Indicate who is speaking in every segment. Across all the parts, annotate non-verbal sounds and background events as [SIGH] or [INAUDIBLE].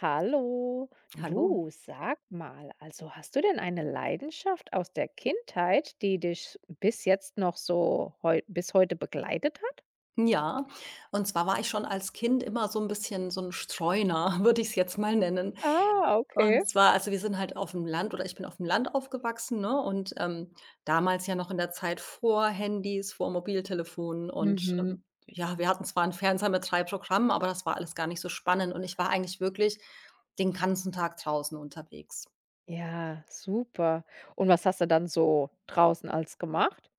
Speaker 1: Hallo,
Speaker 2: Hallo.
Speaker 1: du sag mal, also hast du denn eine Leidenschaft aus der Kindheit, die dich bis jetzt noch so heu bis heute begleitet hat?
Speaker 2: Ja, und zwar war ich schon als Kind immer so 'n bisschen so 'n Streuner, [LAUGHS] würde ich's jetzt mal nennen.
Speaker 1: Ah, okay.
Speaker 2: Und zwar also, wir sind halt auf'm Land oder ich bin auf'm Land aufgewachsen, ne, und, damals ja noch in der Zeit vor Handys, vor Mobiltelefonen und,
Speaker 1: Mhm.
Speaker 2: ja, wir hatten zwar 'n Fernseher mit drei Programmen, aber das war alles gar nicht so spannend und ich war eigentlich wirklich den ganzen Tag draußen unterwegs.
Speaker 1: Ja, super. Und was hast du dann so draußen als gemacht?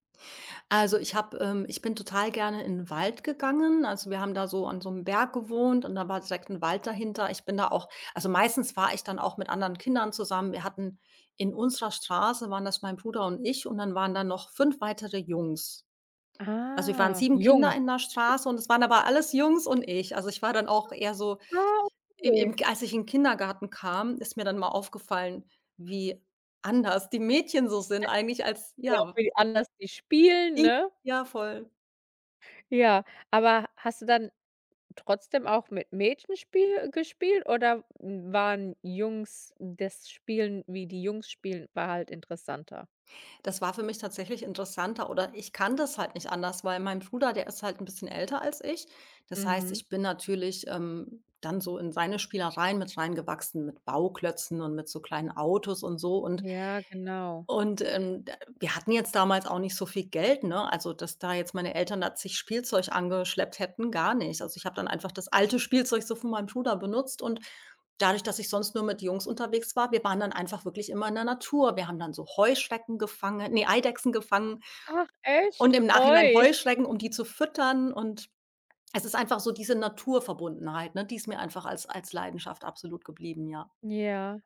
Speaker 2: Also, ich habe ich bin total gerne in den Wald gegangen. Also, wir haben da so an so einem Berg gewohnt und da war direkt ein Wald dahinter. Ich bin da auch Also, meistens war ich dann auch mit anderen Kindern zusammen. Wir hatten In unserer Straße waren das mein Bruder und ich und dann waren da noch 5 weitere Jungs. Also, wir waren
Speaker 1: Ah,
Speaker 2: 7 Kinder
Speaker 1: Jungs.
Speaker 2: in der Straße und es waren aber alles Jungs und ich. Also, ich war dann auch eher so
Speaker 1: Ah,
Speaker 2: im im
Speaker 1: okay.
Speaker 2: als ich in den Kindergarten kam, ist mir dann mal aufgefallen, wie anders die Mädchen so sind eigentlich als,
Speaker 1: Ja,
Speaker 2: ja,
Speaker 1: wie die anders die spielen,
Speaker 2: ich,
Speaker 1: ne?
Speaker 2: ja, voll.
Speaker 1: Ja, aber hast du dann trotzdem auch mit Mädchen spiel gespielt, oder waren Jungs das Spielen, wie die Jungs spielen, war halt interessanter?
Speaker 2: Das war für mich tatsächlich interessanter oder ich kann das halt nicht anders, weil mein Bruder, der ist halt ein bisschen älter als ich. Das heißt,
Speaker 1: Mhm.
Speaker 2: ich bin natürlich, dann so in seine Spielereien mit reingewachsen, mit Bauklötzen und mit so kleinen Autos und so
Speaker 1: Ja, genau.
Speaker 2: da wir hatten jetzt damals auch nicht so viel Geld, ne? Also, dass da jetzt meine Eltern da zig Spielzeug angeschleppt hätten, gar nicht. Also, ich habe dann einfach das alte Spielzeug so von meinem Bruder benutzt und dadurch, dass ich sonst nur mit Jungs unterwegs war, wir waren dann einfach wirklich immer in der Natur. Wir haben dann so Heuschrecken gefangen, ne, Eidechsen gefangen
Speaker 1: Ach
Speaker 2: und
Speaker 1: echt?
Speaker 2: im Nachhinein
Speaker 1: Ui.
Speaker 2: Heuschrecken, um die zu füttern, und es ist einfach so diese Naturverbundenheit, ne, die ist mir einfach als Leidenschaft absolut geblieben, ja.
Speaker 1: Ja.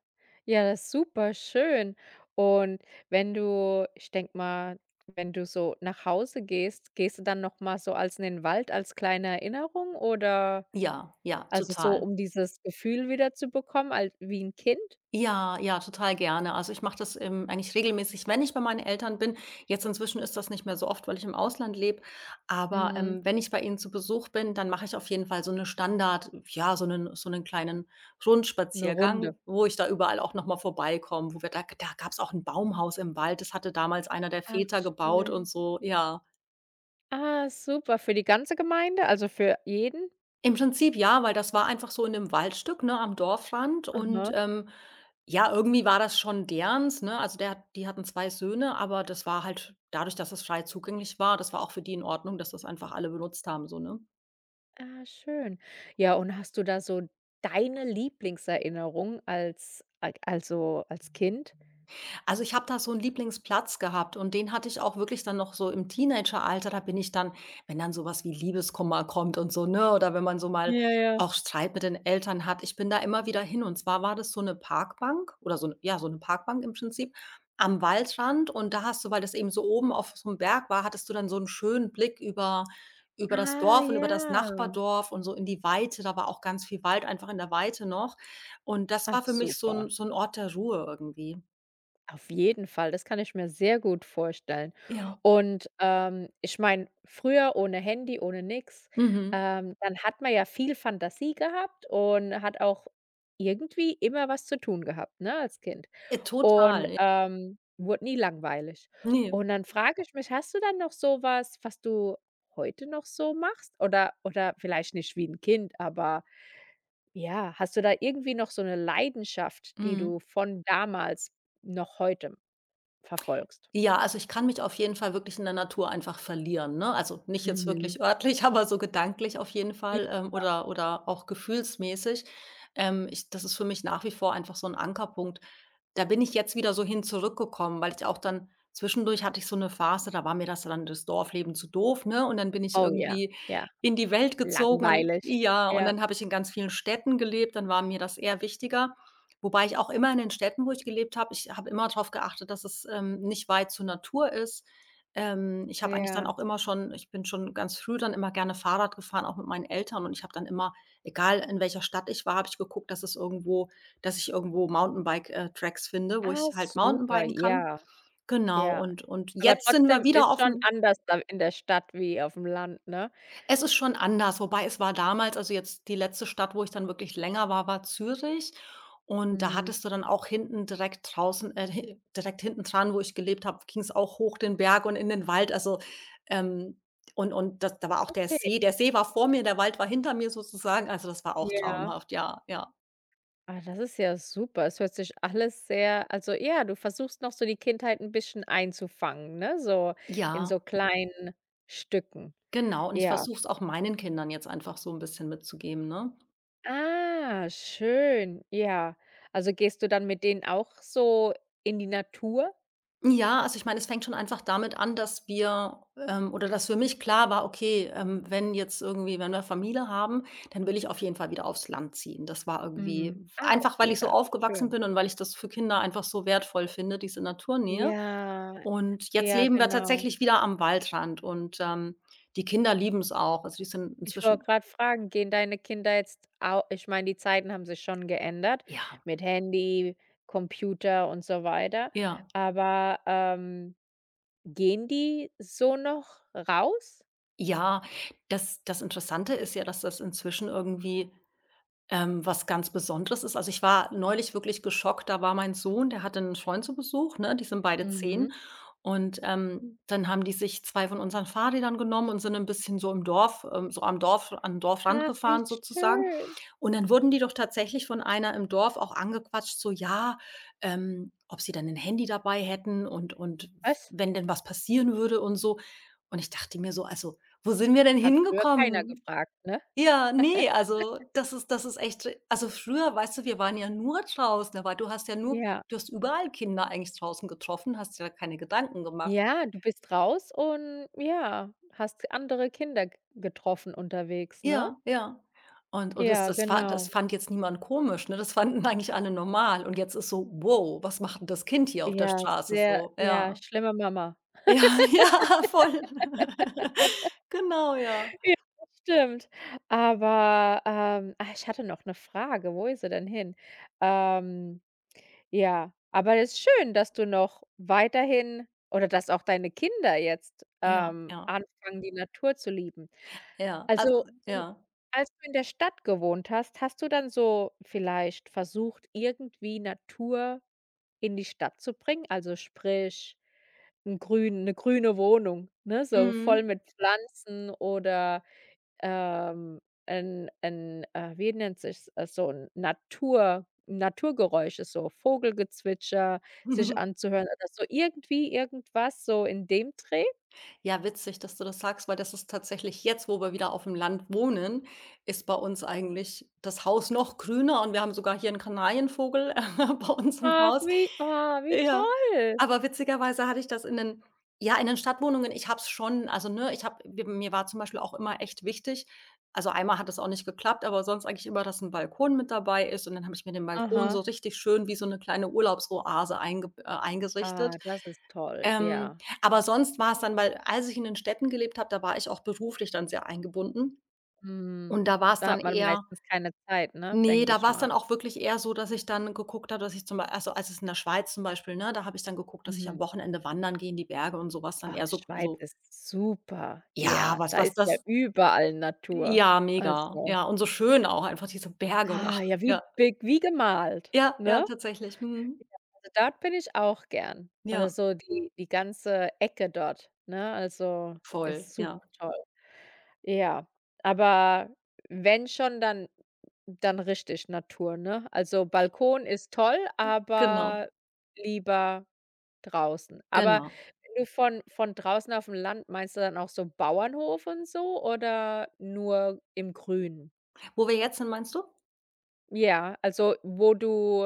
Speaker 1: Ja, das ist super schön. Und wenn du, ich denke mal, wenn du so nach Hause gehst, gehst du dann noch mal so als in den Wald als kleine Erinnerung, oder
Speaker 2: Ja, ja,
Speaker 1: also so,
Speaker 2: total.
Speaker 1: um dieses Gefühl wieder zu bekommen als wie ein Kind?
Speaker 2: Ja, ja, total gerne. Also, ich mache das, eigentlich regelmäßig, wenn ich bei meinen Eltern bin. Jetzt inzwischen ist das nicht mehr so oft, weil ich im Ausland lebe, aber,
Speaker 1: Mhm,
Speaker 2: wenn ich bei ihnen zu Besuch bin, dann mache ich auf jeden Fall so 'ne Standard, ja, so einen kleinen
Speaker 1: 'ne
Speaker 2: Rundspaziergang,
Speaker 1: Runde.
Speaker 2: wo ich da überall auch noch mal vorbeikomme, wo wir da da gab's auch ein Baumhaus im Wald, das hatte damals einer der
Speaker 1: Ach
Speaker 2: Väter gebaut und
Speaker 1: schön.
Speaker 2: so, ja.
Speaker 1: Ah, super. Für die ganze Gemeinde, also für jeden?
Speaker 2: Im Prinzip ja, weil das war einfach so in 'nem Waldstück, ne, am Dorfrand und,
Speaker 1: Aha.
Speaker 2: ja, irgendwie war das schon derens, ne? Also, der hat die hatten 2 Söhne, aber das war halt dadurch, dass es frei zugänglich war, das war auch für die in Ordnung, dass das einfach alle benutzt haben so, ne?
Speaker 1: Ah, schön. Ja, und hast du da so deine Lieblingserinnerung also, als Kind?
Speaker 2: Also, ich habe da so 'n Lieblingsplatz gehabt und den hatte ich auch wirklich dann noch so im Teenageralter. Da bin ich dann, wenn dann so was wie Liebeskummer kommt und so, ne, oder wenn man so mal
Speaker 1: Ja, ja.
Speaker 2: auch Streit mit den Eltern hat. Ich bin da immer wieder hin und zwar war das so 'ne Parkbank oder so 'n, ja, so 'ne Parkbank im Prinzip am Waldrand und da hast du weil das eben so oben auf so 'm Berg war, hattest du dann so 'n schönen Blick über das
Speaker 1: Ah,
Speaker 2: Dorf und über das
Speaker 1: ja.
Speaker 2: Nachbardorf und so in die Weite. Da war auch ganz viel Wald einfach in der Weite noch und das war
Speaker 1: Ach
Speaker 2: für mich so 'n
Speaker 1: super.
Speaker 2: so 'n Ort der Ruhe irgendwie.
Speaker 1: Auf jeden Fall, das kann ich mir sehr gut vorstellen.
Speaker 2: Ja.
Speaker 1: Und, ich meine, früher ohne Handy, ohne nix,
Speaker 2: Mhm.
Speaker 1: dann hat man ja viel Fantasie gehabt und hat auch irgendwie immer was zu tun gehabt, ne, als Kind. Und,
Speaker 2: Total, ja.
Speaker 1: wurde nie langweilig.
Speaker 2: Ne.
Speaker 1: Und dann frage ich mich, hast du dann noch so was, was du heute noch so machst? Oder vielleicht nicht wie ein Kind, aber ja, hast du da irgendwie noch so eine Leidenschaft, die
Speaker 2: Mhm.
Speaker 1: du von damals noch heute verfolgst?
Speaker 2: Ja, also, ich kann mich auf jeden Fall wirklich in der Natur einfach verlieren, ne? Also, nicht jetzt
Speaker 1: Mhm.
Speaker 2: wirklich örtlich, [LAUGHS] aber so gedanklich auf jeden
Speaker 1: I
Speaker 2: Fall, oder auch gefühlsmäßig. Ich Das ist für mich nach wie vor einfach so 'n Ankerpunkt. Da bin ich jetzt wieder so hin zurückgekommen, weil ich auch dann zwischendurch hatte ich so 'ne Phase, da war mir das dann das Dorfleben zu doof, ne? Und dann bin ich
Speaker 1: oh ja,
Speaker 2: irgendwie
Speaker 1: ja,
Speaker 2: in die Welt gezogen und
Speaker 1: langweilig.
Speaker 2: ja, und
Speaker 1: Ja,
Speaker 2: dann habe ich in ganz vielen Städten gelebt, dann war mir das eher wichtiger. Wobei ich auch immer in den Städten, wo ich gelebt habe, ich habe immer drauf geachtet, dass es, nicht weit zur Natur ist. Ich habe eigentlich dann
Speaker 1: ja.
Speaker 2: auch immer schon, ich bin schon ganz früh dann immer gerne Fahrrad gefahren, auch mit meinen Eltern und ich habe dann immer, egal in welcher Stadt ich war, habe ich geguckt, dass ich irgendwo Mountainbike, Tracks finde, wo
Speaker 1: Ah,
Speaker 2: ich halt
Speaker 1: super,
Speaker 2: Mountainbiken kann.
Speaker 1: ja,
Speaker 2: Genau
Speaker 1: ja.
Speaker 2: und
Speaker 1: Aber
Speaker 2: jetzt sind wir
Speaker 1: trotzdem
Speaker 2: wieder
Speaker 1: ist schon
Speaker 2: aufm
Speaker 1: anders da in der Stadt wie auf dem Land, ne?
Speaker 2: es ist schon anders, wobei es war damals, also jetzt die letzte Stadt, wo ich dann wirklich länger war, war Zürich. Und da
Speaker 1: Mhm,
Speaker 2: hattest du dann auch hinten direkt draußen hi direkt hintendran, wo ich gelebt habe, ging es auch hoch den Berg und in den Wald. Also, ähm, und das, da war auch der
Speaker 1: okay,
Speaker 2: See. Der See war vor mir, der Wald war hinter mir sozusagen. Also, das war auch
Speaker 1: ja.
Speaker 2: traumhaft, ja, ja.
Speaker 1: Ah, das ist ja super. Es hört sich alles sehr also ja, du versuchst noch so die Kindheit ein bisschen einzufangen, ne, so in so
Speaker 2: Ja,
Speaker 1: kleinen Stücken.
Speaker 2: genau. Und ich
Speaker 1: Ja.
Speaker 2: versuche es auch meinen Kindern jetzt einfach so ein bisschen mitzugeben, ne?
Speaker 1: Ah, schön, ja. Also, gehst du dann mit denen auch so in die Natur?
Speaker 2: Ja, also ich meine, es fängt schon einfach damit an, dass wir, oder dass für mich klar war, okay, wenn jetzt irgendwie, wenn wir Familie haben, dann will ich auf jeden Fall wieder aufs Land ziehen. Das war
Speaker 1: Mhm.
Speaker 2: irgendwie
Speaker 1: Ah,
Speaker 2: einfach, weil
Speaker 1: okay,
Speaker 2: ich so
Speaker 1: ja,
Speaker 2: aufgewachsen
Speaker 1: schön.
Speaker 2: bin und weil ich das für Kinder einfach so wertvoll finde, diese Naturnähe.
Speaker 1: Ja,
Speaker 2: Und jetzt
Speaker 1: ja,
Speaker 2: leben wir
Speaker 1: genau.
Speaker 2: tatsächlich wieder am Waldrand und, die Kinder lieben es auch. Also die sind
Speaker 1: Ich wollte
Speaker 2: inzwischen,
Speaker 1: gerade fragen, gehen deine Kinder jetzt auch? Ich meine, die Zeiten haben sich schon geändert,
Speaker 2: ja,
Speaker 1: mit Handy, Computer und so weiter,
Speaker 2: ja,
Speaker 1: aber, gehen die so noch raus?
Speaker 2: ja. Das Interessante ist ja, dass das inzwischen irgendwie was ganz Besonderes ist, also, ich war neulich wirklich geschockt. Da war mein Sohn, der hatte einen Freund zu Besuch, ne? Die sind beide
Speaker 1: Mhm.
Speaker 2: 10. Und, dann haben die sich 2 von unseren Fahrrädern genommen und sind ein bisschen so im Dorf, so am Dorf an 'n Dorfrand
Speaker 1: Ach, wie
Speaker 2: gefahren sozusagen.
Speaker 1: schön.
Speaker 2: Und dann wurden die doch tatsächlich von einer im Dorf auch angequatscht, so, ja, ob sie dann ein Handy dabei hätten und
Speaker 1: Was?
Speaker 2: wenn denn was passieren würde und so. Und ich dachte mir so: „Also, wo sind wir denn
Speaker 1: Hat früher keiner
Speaker 2: hingekommen?“
Speaker 1: gefragt, ne?
Speaker 2: Ja, ne,
Speaker 1: [LAUGHS]
Speaker 2: also das ist echt, also früher, weißt du, wir waren ja nur draußen, aber
Speaker 1: Ja.
Speaker 2: du hast überall Kinder eigentlich draußen getroffen, hast dir da keine Gedanken gemacht.
Speaker 1: Ja, du bist raus und ja, hast andere Kinder g getroffen unterwegs, ne?
Speaker 2: Ja, ja. Und das
Speaker 1: Ja,
Speaker 2: das fa das
Speaker 1: genau.
Speaker 2: fand jetzt niemand komisch, ne? Das fanden eigentlich alle normal. Und jetzt ist so: „Wow, was macht 'n das Kind hier auf der
Speaker 1: Ja,
Speaker 2: Straße?“
Speaker 1: sehr
Speaker 2: So,
Speaker 1: ja,
Speaker 2: ja.
Speaker 1: schlimme Mama.
Speaker 2: Ja, [LAUGHS] ja, voll. [LAUGHS] Genau, ja.
Speaker 1: Ja, das stimmt. Aber, ah, ich hatte noch 'ne Frage. Wo ist sie denn hin? Ähm, ja, aber ist schön, dass du noch weiterhin oder dass auch deine Kinder jetzt,
Speaker 2: Ja, ja,
Speaker 1: anfangen, die Natur zu lieben.
Speaker 2: ja. Also,
Speaker 1: Also, hm,
Speaker 2: ja.
Speaker 1: als du in der Stadt gewohnt hast, hast du dann so vielleicht versucht, irgendwie Natur in die Stadt zu bringen? Also, sprich 'n grün 'ne grüne Wohnung, ne, so voll
Speaker 2: Mhm.
Speaker 1: mit Pflanzen, oder ähm, ein 'n wie nennt sich so ein Naturgeräusche, so Vogelgezwitscher sich
Speaker 2: [LAUGHS]
Speaker 1: anzuhören oder so irgendwie irgendwas so in dem Dreh.
Speaker 2: Ja, witzig, dass du das sagst, weil das ist tatsächlich jetzt, wo wir wieder auf dem Land wohnen, ist bei uns eigentlich das Haus noch grüner und wir haben sogar hier 'n Kanarienvogel [LAUGHS] bei uns im
Speaker 1: Ach,
Speaker 2: Haus.
Speaker 1: wie ah, wie
Speaker 2: Ja,
Speaker 1: toll.
Speaker 2: aber witzigerweise hatte ich das in den Stadtwohnungen, ich habe es schon also, ne, ich habe mir mir war zum Beispiel auch immer echt wichtig, also, einmal hat es auch nicht geklappt, aber sonst eigentlich immer, dass 'n Balkon mit dabei ist und dann habe ich mir den Balkon so
Speaker 1: Aha.
Speaker 2: richtig schön wie so 'ne kleine Urlaubsoase eingeb
Speaker 1: Ah,
Speaker 2: eingerichtet.
Speaker 1: das ist toll,
Speaker 2: Ähm
Speaker 1: ja.
Speaker 2: aber sonst war es dann, weil als ich in den Städten gelebt habe, da war ich auch beruflich dann sehr eingebunden
Speaker 1: Mhm.
Speaker 2: und da war es
Speaker 1: Da
Speaker 2: dann
Speaker 1: hat man
Speaker 2: eher
Speaker 1: meistens keine Zeit, ne,
Speaker 2: nee,
Speaker 1: denke
Speaker 2: da
Speaker 1: ich
Speaker 2: war es
Speaker 1: mal.
Speaker 2: dann auch wirklich eher so, dass ich dann geguckt habe, dass ich zum Beispiel, also, als es in der Schweiz zum Beispiel, ne, da habe ich dann geguckt, dass ich
Speaker 1: Mhm.
Speaker 2: am Wochenende wandern gehe in die Berge und sowas dann
Speaker 1: Ah,
Speaker 2: eher so
Speaker 1: Schweiz
Speaker 2: so
Speaker 1: ist super.
Speaker 2: ja,
Speaker 1: Ja,
Speaker 2: was
Speaker 1: da
Speaker 2: was
Speaker 1: ist ja
Speaker 2: das
Speaker 1: überall Natur.
Speaker 2: ja, mega.
Speaker 1: Also
Speaker 2: Ja, und so schön auch einfach diese Berge und ach,
Speaker 1: ah, ja, wie
Speaker 2: ja.
Speaker 1: beg wie gemalt,
Speaker 2: Ja, ja,
Speaker 1: ne?
Speaker 2: tatsächlich. Mhm.
Speaker 1: Ja, also dort bin ich auch gern. Oder
Speaker 2: Ja,
Speaker 1: so die ganze Ecke dort, ne? Also,
Speaker 2: voll,
Speaker 1: ist super
Speaker 2: ja,
Speaker 1: toll. Ja, aber wenn schon, dann richtig Natur, ne? Also Balkon ist toll,
Speaker 2: genau,
Speaker 1: aber lieber draußen. Aber
Speaker 2: genau.
Speaker 1: wenn du von draußen auf dem Land meinst, du dann auch so Bauernhof und so oder nur im Grün?
Speaker 2: Wo wir jetzt sind, meinst du?
Speaker 1: Ja, also wo du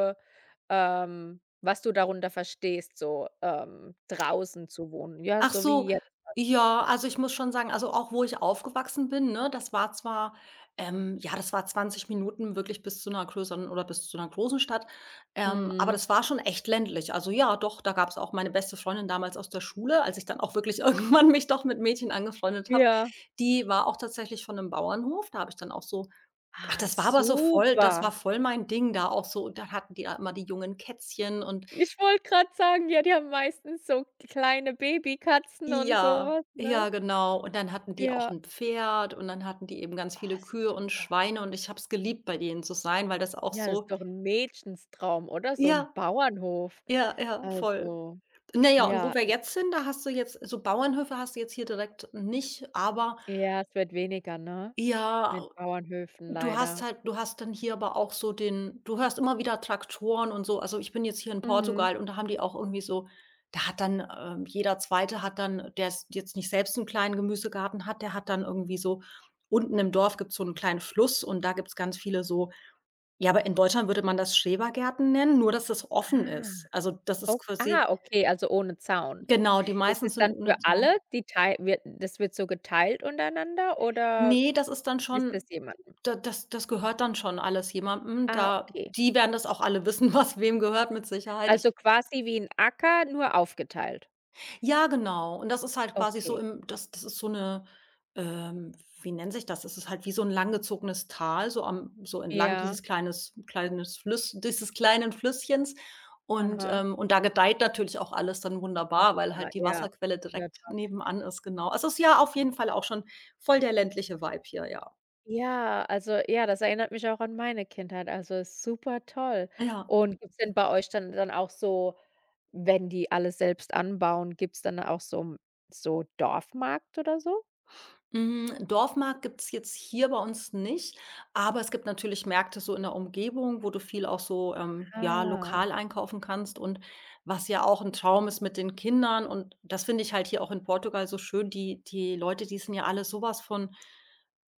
Speaker 1: was du darunter verstehst, so, draußen zu wohnen, ja,
Speaker 2: Ach
Speaker 1: so wie
Speaker 2: so,
Speaker 1: jetzt.
Speaker 2: ja, also ich muss schon sagen, also auch wo ich aufgewachsen bin, ne, das war zwar, ja, das war 20 Minuten wirklich bis zu einer größeren oder bis zu einer großen Stadt, aber
Speaker 1: Mhm.
Speaker 2: das war schon echt ländlich. Also ja, doch, da gab es auch meine beste Freundin damals aus der Schule, als ich dann auch wirklich [LAUGHS] irgendwann mich doch mit Mädchen angefreundet habe,
Speaker 1: Ja.
Speaker 2: die war auch tatsächlich von einem Bauernhof. Da habe ich dann auch so ach,
Speaker 1: Ah,
Speaker 2: das war aber so voll, das
Speaker 1: super.
Speaker 2: war voll mein Ding da auch so. Da hatten die da immer die jungen Kätzchen und
Speaker 1: Ich wollte gerade sagen, ja, die haben meistens so kleine Babykatzen und
Speaker 2: ja,
Speaker 1: sowas, ne?
Speaker 2: ja, genau. Und dann hatten die auch
Speaker 1: Ja.
Speaker 2: 'n Pferd und dann hatten die eben ganz viele
Speaker 1: Ah,
Speaker 2: Kühe und
Speaker 1: super.
Speaker 2: Schweine und ich habe es geliebt, bei denen zu sein, weil das auch
Speaker 1: Ja, das
Speaker 2: so
Speaker 1: ist doch ein Mädchenstraum, oder? So ein
Speaker 2: ja,
Speaker 1: Bauernhof.
Speaker 2: ja, ja, voll.
Speaker 1: Also,
Speaker 2: Na ja, und wo
Speaker 1: ja,
Speaker 2: wir jetzt sind, da hast du jetzt so Bauernhöfe hast du jetzt hier direkt nicht, aber
Speaker 1: ja, es wird weniger, ne, mit
Speaker 2: ja.
Speaker 1: Bauernhöfen
Speaker 2: Du hast
Speaker 1: leider.
Speaker 2: halt du hast dann hier aber auch so den du hörst immer wieder Traktoren und so. Also, ich bin jetzt hier in
Speaker 1: Mhm.
Speaker 2: Portugal und da haben die auch irgendwie so da hat dann, jeder Zweite hat dann der es jetzt nicht selbst einen kleinen Gemüsegarten hat, der hat dann irgendwie so unten im Dorf gibt's so einen kleinen Fluss und da gibt's ganz viele so. Ja, aber in Deutschland würde man das Schrebergärten nennen, nur dass das offen
Speaker 1: Ah,
Speaker 2: ist. Also, das ist
Speaker 1: ok
Speaker 2: quasi
Speaker 1: ah, okay, also ohne Zaun.
Speaker 2: genau, die
Speaker 1: Ist
Speaker 2: meisten
Speaker 1: es
Speaker 2: sind
Speaker 1: dann für
Speaker 2: ohne Zaun.
Speaker 1: alle, die tei wird das, wird so geteilt untereinander oder
Speaker 2: Ne, das ist dann
Speaker 1: ist das
Speaker 2: schon
Speaker 1: jemandem?
Speaker 2: da das gehört dann schon alles jemandem.
Speaker 1: Ah,
Speaker 2: Da
Speaker 1: okay.
Speaker 2: die werden das auch alle wissen, [LAUGHS] was wem gehört mit Sicherheit. Ich
Speaker 1: Also quasi wie 'n Acker, nur aufgeteilt.
Speaker 2: ja, genau. Und das ist halt quasi so
Speaker 1: Okay.
Speaker 2: im das ist so eine. ähm, Wie nennt sich das? Das ist halt wie so ein langgezogenes Tal, so am so entlang
Speaker 1: Ja,
Speaker 2: dieses kleines Flüss dieses kleinen Flüsschens.
Speaker 1: aha.
Speaker 2: Und da gedeiht natürlich auch alles dann
Speaker 1: Ja
Speaker 2: wunderbar, weil
Speaker 1: klar,
Speaker 2: halt die
Speaker 1: ja.
Speaker 2: Wasserquelle direkt
Speaker 1: Wundertoll.
Speaker 2: nebenan ist, genau. Also, es ist ja auf jeden Fall auch schon voll der ländliche Vibe hier, ja.
Speaker 1: Ja, also ja, das erinnert mich auch an meine Kindheit, also ist super toll.
Speaker 2: Ja.
Speaker 1: Und gibt's denn bei euch dann auch so, wenn die alles selbst anbauen, gibt's dann auch so 'n so Dorfmarkt oder so?
Speaker 2: Hm, Dorfmarkt gibt's jetzt hier bei uns nicht, aber es gibt natürlich Märkte so in der Umgebung, wo du viel auch so, ja,
Speaker 1: Ah,
Speaker 2: lokal einkaufen kannst, und was ja auch ein Traum ist mit den Kindern. Und das finde ich halt hier auch in Portugal so schön, die Leute, die sind ja alle sowas von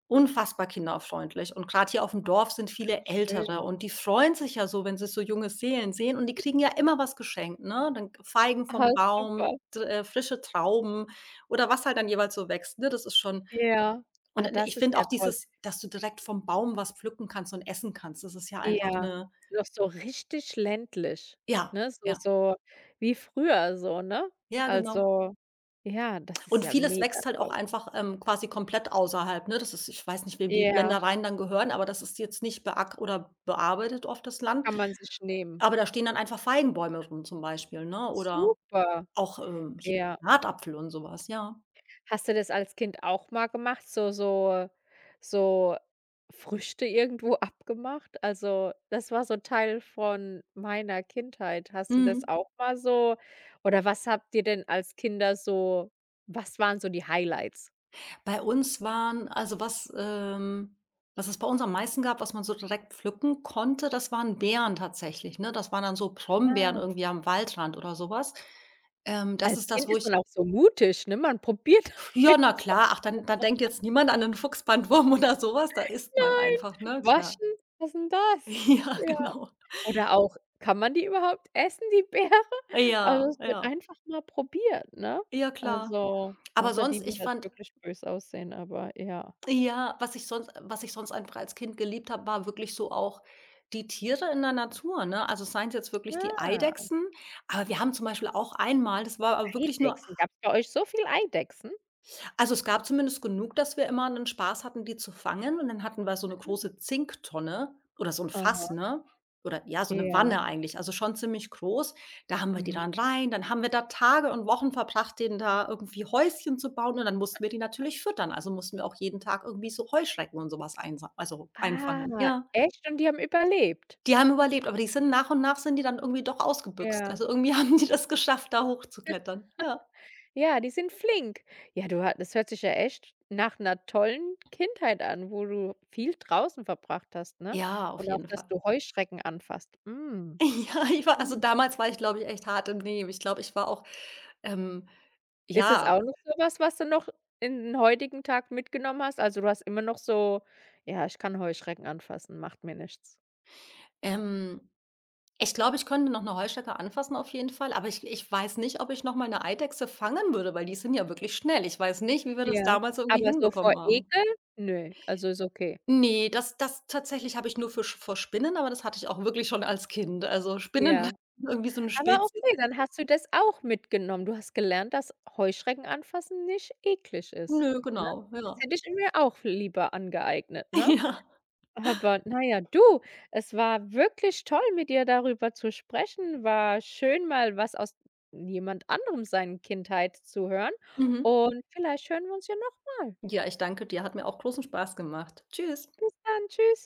Speaker 2: unfassbar kinderfreundlich, und gerade hier auf dem Dorf sind viele Ältere
Speaker 1: schön.
Speaker 2: und die freuen sich ja so, wenn sie so junge Seelen sehen, und die kriegen ja immer was geschenkt, ne? Dann Feigen
Speaker 1: Ah,
Speaker 2: vom Baum,
Speaker 1: super.
Speaker 2: d frische Trauben oder was halt dann jeweils so wächst, ne? Das ist schon
Speaker 1: Ja.
Speaker 2: und
Speaker 1: Ah,
Speaker 2: ich
Speaker 1: das ist
Speaker 2: finde auch
Speaker 1: ja toll.
Speaker 2: dieses, dass du direkt vom Baum was pflücken kannst und essen kannst, das ist ja einfach
Speaker 1: Ja,
Speaker 2: eine
Speaker 1: noch so richtig ländlich,
Speaker 2: ja,
Speaker 1: ne?
Speaker 2: ja,
Speaker 1: So wie früher so, ne?
Speaker 2: ja, genau.
Speaker 1: Also, ja, das ist
Speaker 2: Und
Speaker 1: ja
Speaker 2: vieles
Speaker 1: mega
Speaker 2: wächst halt auch
Speaker 1: toll.
Speaker 2: einfach, quasi komplett außerhalb, ne? Das ist ich weiß nicht, wem die
Speaker 1: Ja,
Speaker 2: Ländereien dann gehören, aber das ist jetzt nicht beack oder bearbeitet oft das Land.
Speaker 1: kann man sich nehmen.
Speaker 2: Aber da stehen dann einfach Feigenbäume rum zum Beispiel, ne? Oder
Speaker 1: Super,
Speaker 2: auch, hier
Speaker 1: ja.
Speaker 2: Granatapfel und sowas, ja.
Speaker 1: Hast du das als Kind auch mal gemacht, so Früchte irgendwo [LAUGHS] abgemacht? Also, das war so Teil von meiner Kindheit. Hast du das
Speaker 2: Mhm.
Speaker 1: auch mal so, oder was habt ihr denn als Kinder so, was waren so die Highlights?
Speaker 2: Bei uns waren also was, was es bei uns am meisten gab, was man so direkt pflücken konnte, das waren Beeren tatsächlich, ne? Das waren dann so Brombeeren
Speaker 1: Ja.
Speaker 2: irgendwie am Waldrand oder sowas. Das
Speaker 1: Als
Speaker 2: ist das,
Speaker 1: Kind
Speaker 2: wo
Speaker 1: ist man
Speaker 2: ich
Speaker 1: auch so mutig, ne? Man probiert
Speaker 2: ja, na
Speaker 1: [LAUGHS]
Speaker 2: klar, ach, dann da denkt jetzt niemand an 'nen Fuchsbandwurm [LAUGHS] oder sowas. Da isst man
Speaker 1: Nein,
Speaker 2: einfach, ne, klar.
Speaker 1: waschen, was 'n das?
Speaker 2: [LAUGHS] Ja,
Speaker 1: Ja.
Speaker 2: genau.
Speaker 1: Oder auch, kann man die überhaupt essen, die Beeren? Also,
Speaker 2: Ja,
Speaker 1: es wird
Speaker 2: ja,
Speaker 1: einfach mal probiert, ne?
Speaker 2: ja klar.
Speaker 1: Also,
Speaker 2: Aber
Speaker 1: außer
Speaker 2: sonst,
Speaker 1: die, die
Speaker 2: ich
Speaker 1: halt
Speaker 2: fand
Speaker 1: wirklich böse aussehen, aber ja.
Speaker 2: ja, was ich sonst einfach als Kind geliebt habe, war wirklich so auch die Tiere in der Natur, ne? Also, seien's jetzt wirklich die
Speaker 1: Ah,
Speaker 2: Eidechsen, aber wir haben zum Beispiel auch einmal das war aber wirklich nur
Speaker 1: Eidechsen. Gab's bei euch so viel Eidechsen?
Speaker 2: also, es gab zumindest genug, dass wir immer 'nen Spaß hatten, die zu fangen, und dann hatten wir so 'ne große Zinktonne oder so 'n
Speaker 1: Aha,
Speaker 2: Fass, ne? Oder ja, so 'ne
Speaker 1: ja,
Speaker 2: Wanne eigentlich, also schon ziemlich groß. Da haben wir die
Speaker 1: mhm.
Speaker 2: dann rein, dann haben wir da Tage und Wochen verbracht, denen da irgendwie Häuschen zu bauen, und dann mussten wir die natürlich füttern. Also, mussten wir auch jeden Tag irgendwie so Heuschrecken und so was einsa also
Speaker 1: Ah,
Speaker 2: einfangen. Ja,
Speaker 1: echt? Und die haben überlebt?
Speaker 2: die haben überlebt, aber die sind nach und nach sind die dann irgendwie doch ausgebüxt.
Speaker 1: Ja.
Speaker 2: Also, irgendwie [LAUGHS] haben die das geschafft, da hochzuklettern. Ja.
Speaker 1: Ja, die sind flink. Ja, du ha das hört sich ja echt nach 'ner tollen Kindheit an, wo du viel draußen verbracht hast, ne?
Speaker 2: Ja, auf
Speaker 1: Und auch,
Speaker 2: jeden
Speaker 1: dass
Speaker 2: Fall.
Speaker 1: du Heuschrecken anfasst.
Speaker 2: [LAUGHS]
Speaker 1: Mhm.
Speaker 2: Ja, ich war also, damals war ich, glaube ich, echt hart im Nehmen. Ich glaube, ich war auch ähm,
Speaker 1: Ist es
Speaker 2: ja,
Speaker 1: auch noch so was, was du noch in den heutigen Tag mitgenommen hast? Also, du hast immer noch so: „Ja, ich kann Heuschrecken anfassen, macht mir nichts.“
Speaker 2: ähm, ich glaube, ich könnte noch eine Heuschrecke anfassen auf jeden Fall, aber ich weiß nicht, ob ich noch mal eine Eidechse fangen würde, weil die sind ja wirklich schnell. Ich weiß nicht, wie wir das
Speaker 1: Ja,
Speaker 2: damals irgendwie
Speaker 1: aber so vor
Speaker 2: hinbekommen haben.
Speaker 1: Ekel? Nö, also ist okay.
Speaker 2: Ne, das tatsächlich habe ich nur für Sch vor Spinnen, aber das hatte ich auch wirklich schon als Kind. Also, Spinnen
Speaker 1: Ja,
Speaker 2: [LAUGHS] irgendwie so eine
Speaker 1: aber
Speaker 2: Spezies.
Speaker 1: okay, dann hast du das auch mitgenommen. Du hast gelernt, dass Heuschrecken anfassen nicht eklig ist,
Speaker 2: Nö,
Speaker 1: ne?
Speaker 2: genau, ja.
Speaker 1: Das hätte ich mir auch lieber angeeignet,
Speaker 2: [LAUGHS]
Speaker 1: ne?
Speaker 2: Ja.
Speaker 1: Aber naja du, es war wirklich toll, mit dir darüber zu sprechen. War schön, mal was aus jemand anderem seinen Kindheit zu hören,
Speaker 2: Mhm.
Speaker 1: und vielleicht hören wir uns ja noch mal.
Speaker 2: Ja, ich danke dir. Hat mir auch großen Spaß gemacht. Tschüss.
Speaker 1: Bis dann, tschüss.